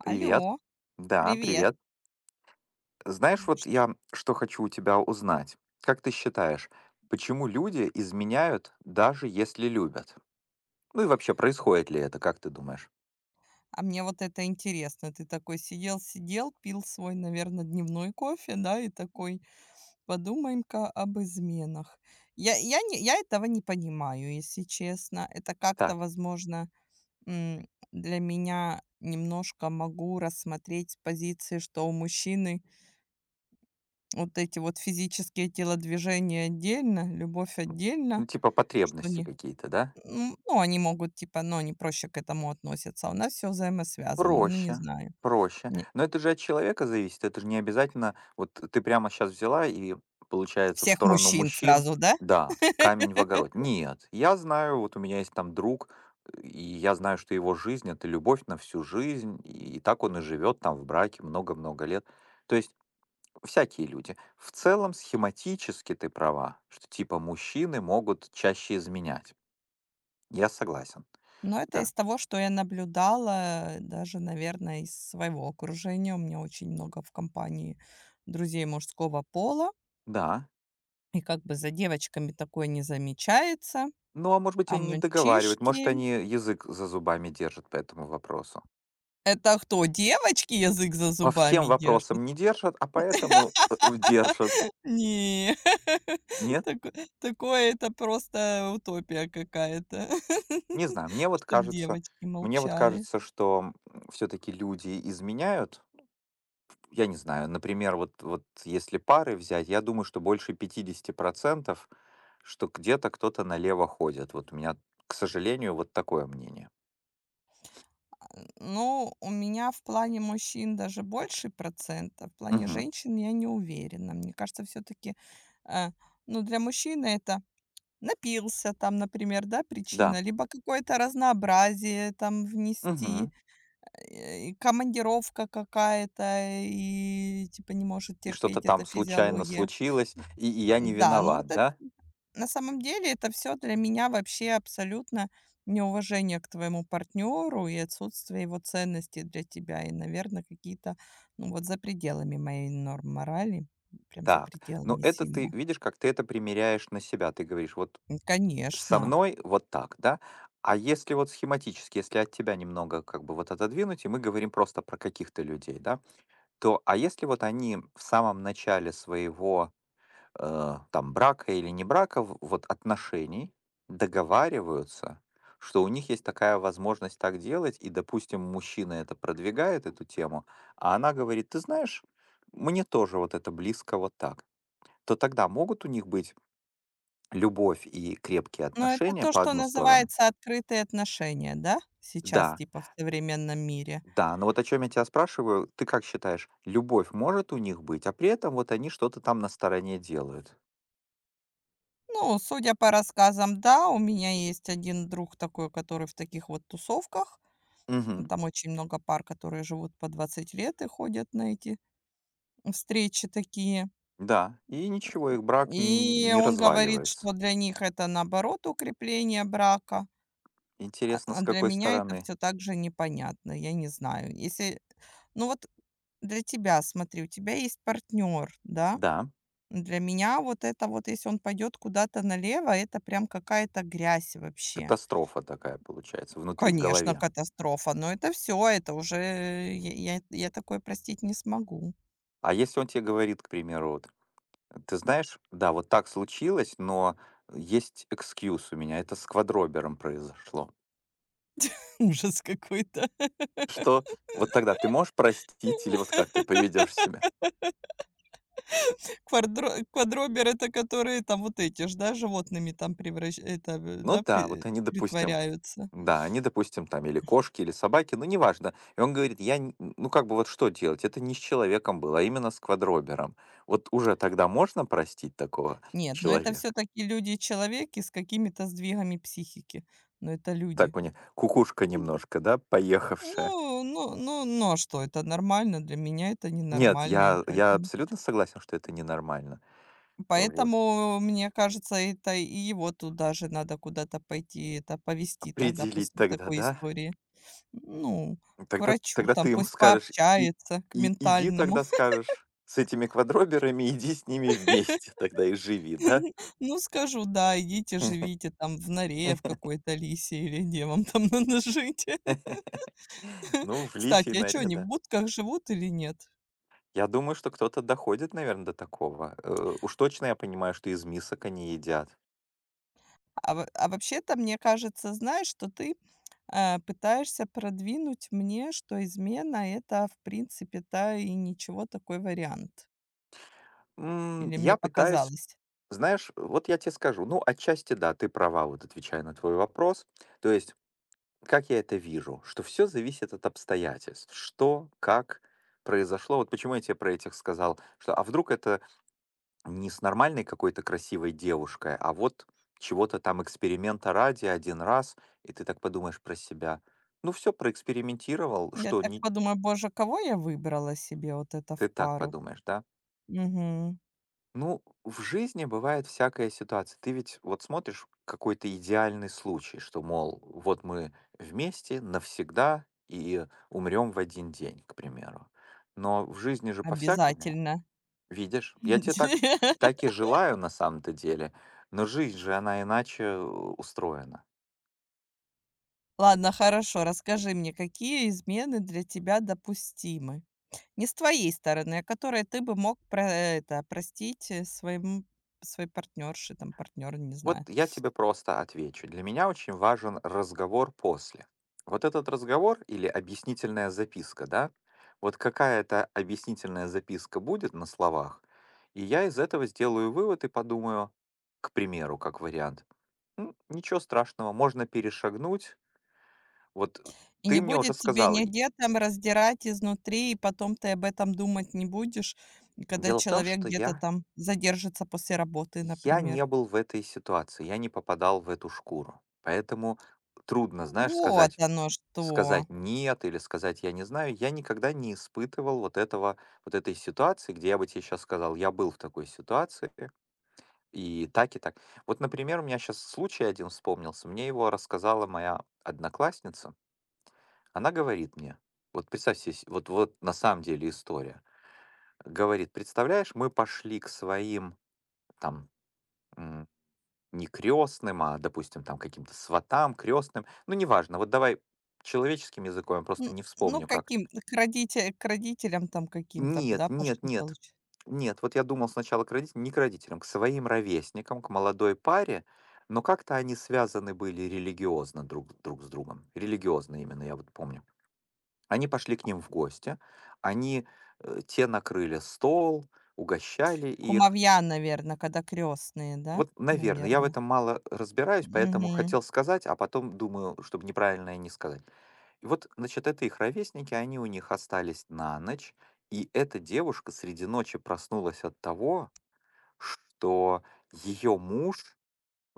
Привет. Алло, Да, привет. привет. Знаешь, вот Ш- я что хочу у тебя узнать. Как ты считаешь, почему люди изменяют, даже если любят? Ну и вообще, происходит ли это, как ты думаешь? А мне вот это интересно. Ты такой сидел-сидел, пил свой, наверное, дневной кофе, да, и такой, подумаем-ка об изменах. Я этого не понимаю, если честно. Это как-то, Так, возможно, м, для меня немножко могу рассмотреть с позиции, что у мужчины вот эти вот физические телодвижения отдельно, любовь м, отдельно, ну типа что потребности не, какие-то, да? Они могут, типа, но они проще к этому относятся. А у нас все взаимосвязано. Ну, не Проще, знаю. проще. Не Но это же от человека зависит. Это же не обязательно. Вот ты прямо сейчас взяла и, получается, в всех сторону мужчин мужчин, сразу, да? да, камень в огород. Нет, я знаю, вот у меня есть там друг, и я знаю, что его жизнь — это любовь на всю жизнь, и так он и живет там в браке много-много лет. То есть всякие люди. В целом, схематически ты права, что типа мужчины могут чаще изменять. Я согласен. Но это Да, из того, что я наблюдала, даже, наверное, из своего окружения. У меня очень много в компании друзей мужского пола. да. И как бы за девочками такое не замечается, Ну, а может быть, а они не договаривают, может, мальчишки. они язык за зубами держат по этому вопросу. Это кто, девочки язык за По зубами всем держат? вопросам не держат, а поэтому держат. Не, Нет? тако такое, это просто утопия какая-то, Не знаю. Мне вот чтоб кажется, девочки мне вот молчали. кажется, что все-таки люди изменяют. Я не знаю, например, вот, если пары взять, я думаю, что больше 50%, что где-то кто-то налево ходит. Вот у меня, к сожалению, вот такое мнение. А, ну, у меня в плане мужчин даже больше процент, а в плане Мгм. женщин я не уверена. Мне кажется, все таки ну, для мужчины это напился там, например, да, Да. причина, либо какое-то разнообразие там внести, Мгм. И командировка какая-то, и типа не может И что-то терпеть там эта случайно физиология. случилось, и я не Да, ну вот виноват, эт да? на самом деле это все для меня вообще абсолютно неуважение к твоему партнеру и отсутствие его ценностей для тебя. И, наверное, какие-то, ну, вот за пределами моей норм морали, прям за Так, ну пределами это ты сильно. видишь, как ты это примеряешь на себя. Ты говоришь, вот М, со конечно. мной вот так, да? А если вот схематически, если от тебя немного как бы вот отодвинуть, и мы говорим просто про каких-то людей, да, то если вот они в самом начале своего там брака или не брака, вот отношений договариваются, что у них есть такая возможность так делать, и, допустим, мужчина это продвигает, эту тему, а она говорит, ты знаешь, мне тоже вот это близко вот так, то тогда могут у них быть любовь и крепкие Но это отношения то, по что одну сторону. называется открытые отношения, да? Сейчас Да, типа в современном мире. да, но вот о чем я тебя спрашиваю, ты как считаешь, любовь может у них быть, а при этом вот они что-то там на стороне делают? Ну, судя по рассказам, да, у меня есть один друг такой, который в таких вот тусовках. Мгм. Там очень много пар, которые живут по 20 лет и ходят на эти встречи такие. Да, и ничего, их брак И не он говорит, разваливается. что для них это, наоборот, укрепление брака, а Интересно, с для какой меня это стороны? все так же непонятно. Я не знаю. Если ну, вот для тебя, смотри, у тебя есть партнер, да? Да, Для меня вот это вот, если он пойдет куда-то налево, это прям какая-то грязь вообще. катастрофа такая получается внутри, в Конечно, голове. катастрофа, но это все, это уже я такое простить не смогу. А если он тебе говорит, к примеру, вот, ты знаешь, да, вот так случилось, но есть экскьюз у меня, это с квадробером произошло. Ужас какой-то. Что вот тогда ты можешь простить или вот как ты поведешь себя? Квадробер это которые там вот эти ж, да, животными там превращ это, в Ну да, да, пре вот они, допустим, притворяются. да, они, допустим, там или кошки, или собаки, ну неважно. И он говорит, я, ну как бы вот что делать? Это не с человеком было, а именно с квадробером. Вот уже тогда можно простить такого Нет, но это все человека? таки люди-человеки с какими-то сдвигами психики. Но это люди. Так мне кукушка М. немножко, да, поехавшая. Ну, а что, это нормально? Для меня это Нет, ненормально, я поэтому абсолютно согласен, что это ненормально. Вот. Мне кажется, это и его туда же надо куда-то пойти, это повести тогда Определить после тогда, такой да? истории. Ну, к Тогда врачу тогда ты там, ему пусть скажешь: "И пообщается, к и иди ментальному. тогда, скажешь, с этими квадроберами, иди с ними вместе тогда и живи, да?" Ну, скажу: "Да, идите, живите там в норе в какой-то лисе или где вам там надо жить". Ну, в лисьей Кстати, а чё норе, они в да. будках живут или нет? Я думаю, что кто-то доходит, наверное, до такого. Уж точно я понимаю, что из мисок они едят. А во а вообще-то, мне кажется, знаешь, что ты, пытаешься продвинуть мне, что измена это, в принципе-то, и ничего, такой вариант. Или мне Я пытаюсь, показалось? знаешь, вот я тебе скажу, ну, отчасти да, ты права, вот отвечая на твой вопрос. То есть, как я это вижу, что все зависит от обстоятельств. Что, как произошло. Вот почему я тебе про этих сказал, что а вдруг это не с нормальной какой-то красивой девушкой, а вот чего-то там эксперимента ради один раз, и ты так подумаешь про себя: "Ну все проэкспериментировал, Я что так не". подумаю: "Боже, кого я выбрала себе вот это в Ты так пару?" подумаешь, да? Мгм. Ну, в жизни бывает всякая ситуация. Ты ведь вот смотришь какой-то идеальный случай, что, мол, вот мы вместе навсегда и умрем в один день, к примеру. Но в жизни же по-всякому. Обязательно. Видишь, я тебе так так и желаю на самом-то деле, но жизнь же, она иначе, устроена. Ладно, хорошо. Расскажи мне, какие измены для тебя допустимы? Не с твоей стороны, а которые ты бы мог про это простить, своему своей партнерше, там, партнеру, не Вот знаю. я тебе просто отвечу. Для меня очень важен разговор после. Вот этот разговор или объяснительная записка, да? Вот какая то объяснительная записка будет на словах, и я из этого сделаю вывод и подумаю, к примеру, как вариант: "М, ничего страшного, можно перешагнуть. Вот И не ты мне уже будет тебе сказала". И нигде там раздирать изнутри, и потом ты об этом думать не будешь, когда дело в том, человек что где-то я там задержится после работы, Я не например. был в этой ситуации, я не попадал в эту шкуру. Поэтому трудно, знаешь, Вот сказать, оно сказать что. нет или сказать я не знаю. Я никогда не испытывал вот этого, вот этой ситуации, где я бы тебе сейчас сказал, я был в такой ситуации, и так, и так. Вот, например, у меня сейчас случай один вспомнился. Мне его рассказала моя одноклассница. Она говорит мне, вот представь себе, вот, вот на самом деле история. Говорит, представляешь, мы пошли к своим там не крестным, а, допустим, там каким-то сватам, крестным. Ну, неважно. Вот давай человеческим языком, я Н просто не Ну, вспомню как. каким к родителям там каким-то, Нет, да, нет, пошли, нет. получа. Нет, вот я думал сначала к родителям, не к родителям, к своим ровесникам, к молодой паре, но как-то они связаны были религиозно друг с другом. Религиозно именно, я вот помню. Они пошли к ним в гости, они, те накрыли стол, угощали их. Кумовья, наверное, когда крестные, да? Вот, наверное, я в Наверное. этом мало разбираюсь, поэтому Мгм. хотел сказать, а потом думаю, чтобы неправильное не сказать. И вот, значит, это их ровесники, они у них остались на ночь, и эта девушка среди ночи проснулась от того, что ее муж,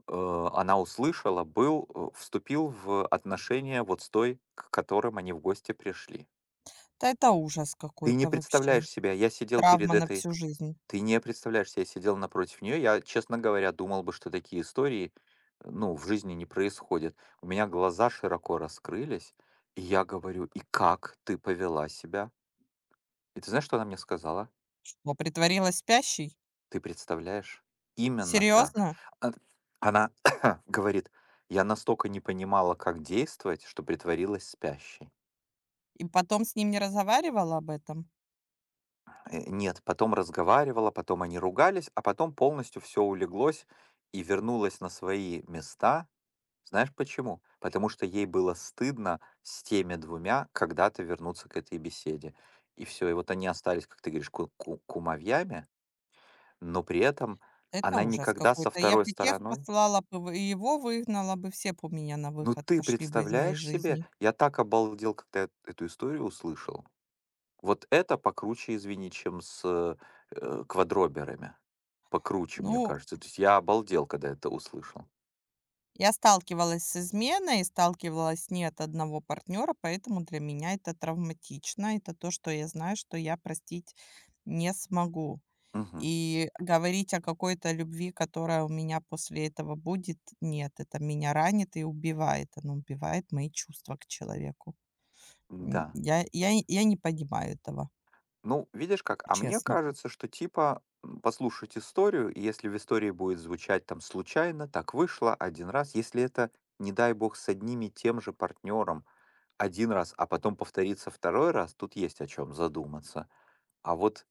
она услышала, был, вступил в отношения вот с той, к которым они в гости пришли. Да это ужас Ты не какой-то вообще. представляешь себя, я сидел перед Травма на этой. всю жизнь. Ты не представляешь себе, я сидел напротив нее. Я, честно говоря, думал бы, что такие истории, ну, в жизни не происходят. У меня глаза широко раскрылись, и я говорю, и как ты повела себя? И ты знаешь, что она мне сказала? Что, притворилась спящей? Ты представляешь? Именно так. Серьезно? А- Она говорит, я настолько не понимала, как действовать, что притворилась спящей. И потом с ним не разговаривала об этом? Нет, потом разговаривала, потом они ругались, а потом полностью все улеглось и вернулось на свои места. Знаешь почему? Потому что ей было стыдно с теми двумя когда-то вернуться к этой беседе. И все, и вот они остались, как ты говоришь, кумовьями, но при этом Это она ужас никогда со какой-то. Я второй бы тех стороной. послала бы, в и его выгнала бы, все б у меня на Ну выход ты пошли бы из моей представляешь себе, жизни. я так обалдел, когда я эту историю услышал. Вот это покруче, извини, чем с квадроберами. Покруче, мне Ну, кажется. То есть я обалдел, когда это услышал. я сталкивалась с изменой, сталкивалась не от одного партнера, поэтому для меня это травматично. Это то, что я знаю, что я простить не смогу. Мгм. И говорить о какой-то любви, которая у меня после этого будет, нет, это меня ранит и убивает. Оно убивает мои чувства к человеку. М, Да. я не понимаю этого, Ну, видишь как, а мне честно. кажется, что типа послушать историю, и если в истории будет звучать там случайно, так вышло один раз, если это, не дай бог, с одним и тем же партнером один раз, а потом повторится второй раз, тут есть о чем задуматься. А вот,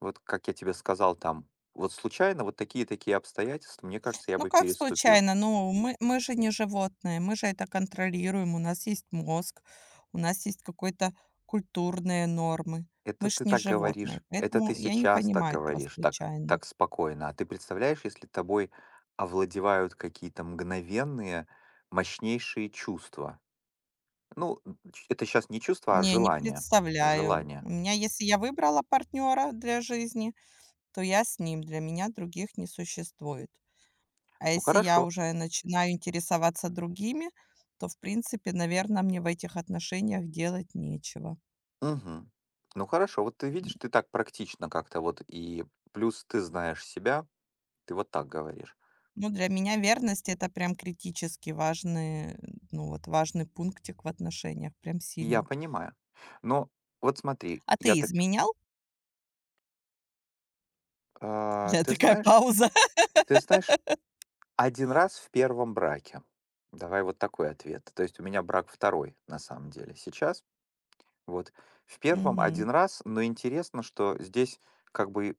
вот как я тебе сказал там, вот случайно вот такие-такие обстоятельства, мне кажется, я Ну бы как переступил. случайно? Ну, мы же не животные, мы же это контролируем, у нас есть мозг, у нас есть какой-то культурные нормы. Мы Это же ты не так животные, говоришь, это поэтому ты я не сейчас так понимаю этого говоришь, так, случайно. так спокойно. А ты представляешь, если тобой овладевают какие-то мгновенные, мощнейшие чувства? Ну, это сейчас не чувство, а Не, не желание. представляю. Желание. У меня, если я выбрала партнера для жизни, то я с ним, для меня других не существует. А Ну если я хорошо. уже начинаю интересоваться другими, то, в принципе, наверное, мне в этих отношениях делать нечего. Мгм. Ну хорошо, вот ты видишь, ты так практично как-то вот, и плюс ты знаешь себя, ты вот так говоришь. Ну, для меня верность это прям критически важный, ну вот, важный пунктик в отношениях, прям Я сильно. понимаю. Но вот смотри, А я ты так, изменял? У а, тебя ты такая знаешь, пауза. ты знаешь, один раз в первом браке. Давай вот такой ответ. То есть у меня брак второй на самом деле сейчас. Вот. В первом Мгм. один раз, но интересно, что здесь как бы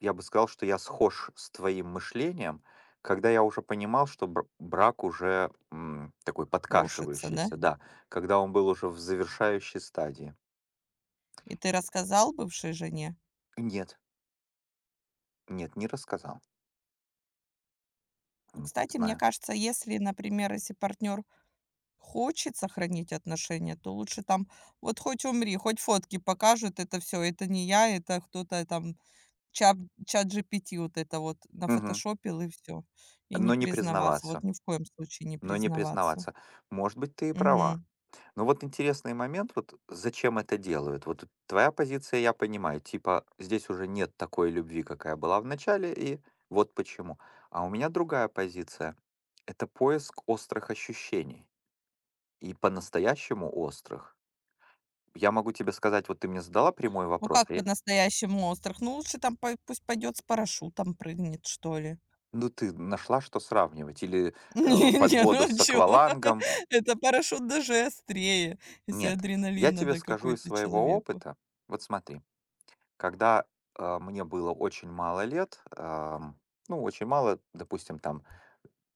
я бы сказал, что я схож с твоим мышлением, когда я уже понимал, что брак уже такой Рушится, да? подкашивающийся, да, когда он был уже в завершающей стадии. И ты рассказал бывшей жене? Нет, нет, не рассказал. Ну, Не кстати, мне знаю. кажется, если, например, если партнер хочет сохранить отношения, то лучше там вот хоть умри, хоть фотки покажут, это все, это не я, это кто-то там чат чат ChatGPT вот это вот Мгм. нафотошопил и все. И не Но не признаваться, вот признаваться. ни в коем случае не Но не признаваться. признаваться. Может быть, ты и права. Мгм. Ну вот интересный момент, вот зачем это делают. Вот твоя позиция, я понимаю, типа здесь уже нет такой любви, какая была в начале, и вот почему. А у меня другая позиция. Это поиск острых ощущений. И по-настоящему острых. Я могу тебе сказать, вот ты мне задала прямой Ну, вопрос, как а я- по-настоящему острых? Ну, лучше там пой пусть пойдет с парашютом, прыгнет, что ли. ну ты нашла, что сравнивать, или Не под не, ну воду а с чё? аквалангом. Это парашют даже острее, если Нет, я адреналин тебе надо скажу из какой-то своего человеку. опыта. Вот смотри, когда, мне было очень мало лет, ну, очень мало, допустим, там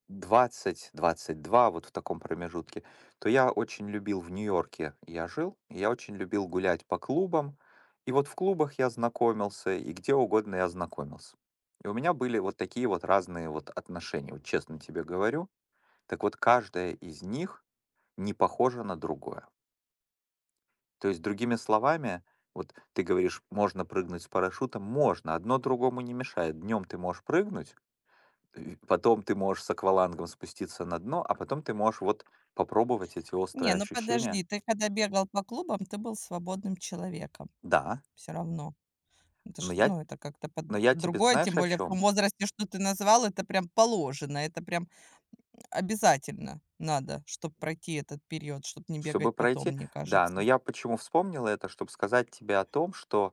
20, 22, вот в таком промежутке, то я очень любил в Нью-Йорке, я жил, и я очень любил гулять по клубам. И вот в клубах я знакомился, и где угодно я знакомился. И у меня были вот такие вот разные вот отношения, вот честно тебе говорю. Так вот, каждое из них не похоже на другое. То есть, другими словами, вот ты говоришь: "Можно прыгнуть с парашютом". Можно, одно другому не мешает. Днем ты можешь прыгнуть, и потом ты можешь с аквалангом спуститься на дно, а потом ты можешь вот попробовать эти Не, острые ну ощущения. подожди, ты когда бегал по клубам, ты был свободным человеком Да, все равно. Это но ж, я, ну, это как-то под но я тебе другое, знаешь тем о более в том чем, возрасте, что ты назвал, это прям положено, это прям обязательно надо, чтобы пройти этот период, чтобы не чтобы бегать потом, пройти. мне Да, но кажется. я почему вспомнил это, чтобы сказать тебе о том, что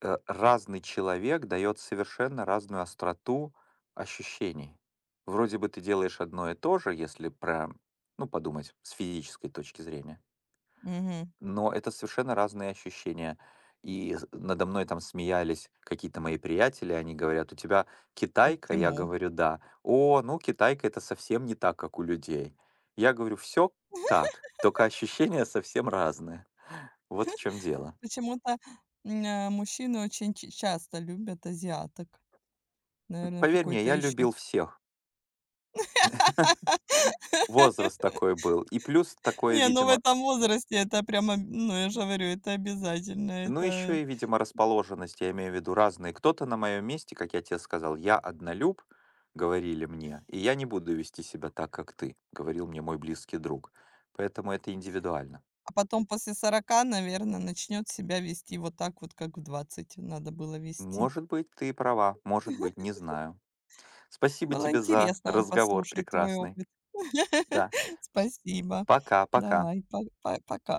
разный человек дает совершенно разную остроту ощущений. Вроде бы ты делаешь одно и то же, если про, ну, подумать с физической точки зрения, Мгм. но это совершенно разные ощущения. И надо мной там смеялись какие-то мои приятели, они говорят, у тебя китайка? Я Почему? говорю, да. О, ну китайка это совсем не так, как у людей. Я говорю, все так, только ощущения совсем разные. Вот в чем дело. Почему-то, мужчины очень ч часто любят азиаток. Наверное, Поверь мне, какой-то я еще. любил всех, возраст такой был. И плюс такое, Не, ну, в видимо, этом возрасте это прямо, ну, я же говорю, это обязательно. ну, Это еще и, видимо, расположенность, я имею в виду разные. Кто-то на моем месте, как я тебе сказал: "Я однолюб", — говорили мне, "и я не буду вести себя так, как ты", — говорил мне мой близкий друг. Поэтому это индивидуально. а потом после 40, наверное, начнет себя вести вот так вот, как в 20 надо было вести. Может быть, ты и права, может быть, не знаю. Спасибо Было тебе за интересно разговор послушать твой прекрасный. опыт. Да. Спасибо. Пока, пока. Давай, па па пока.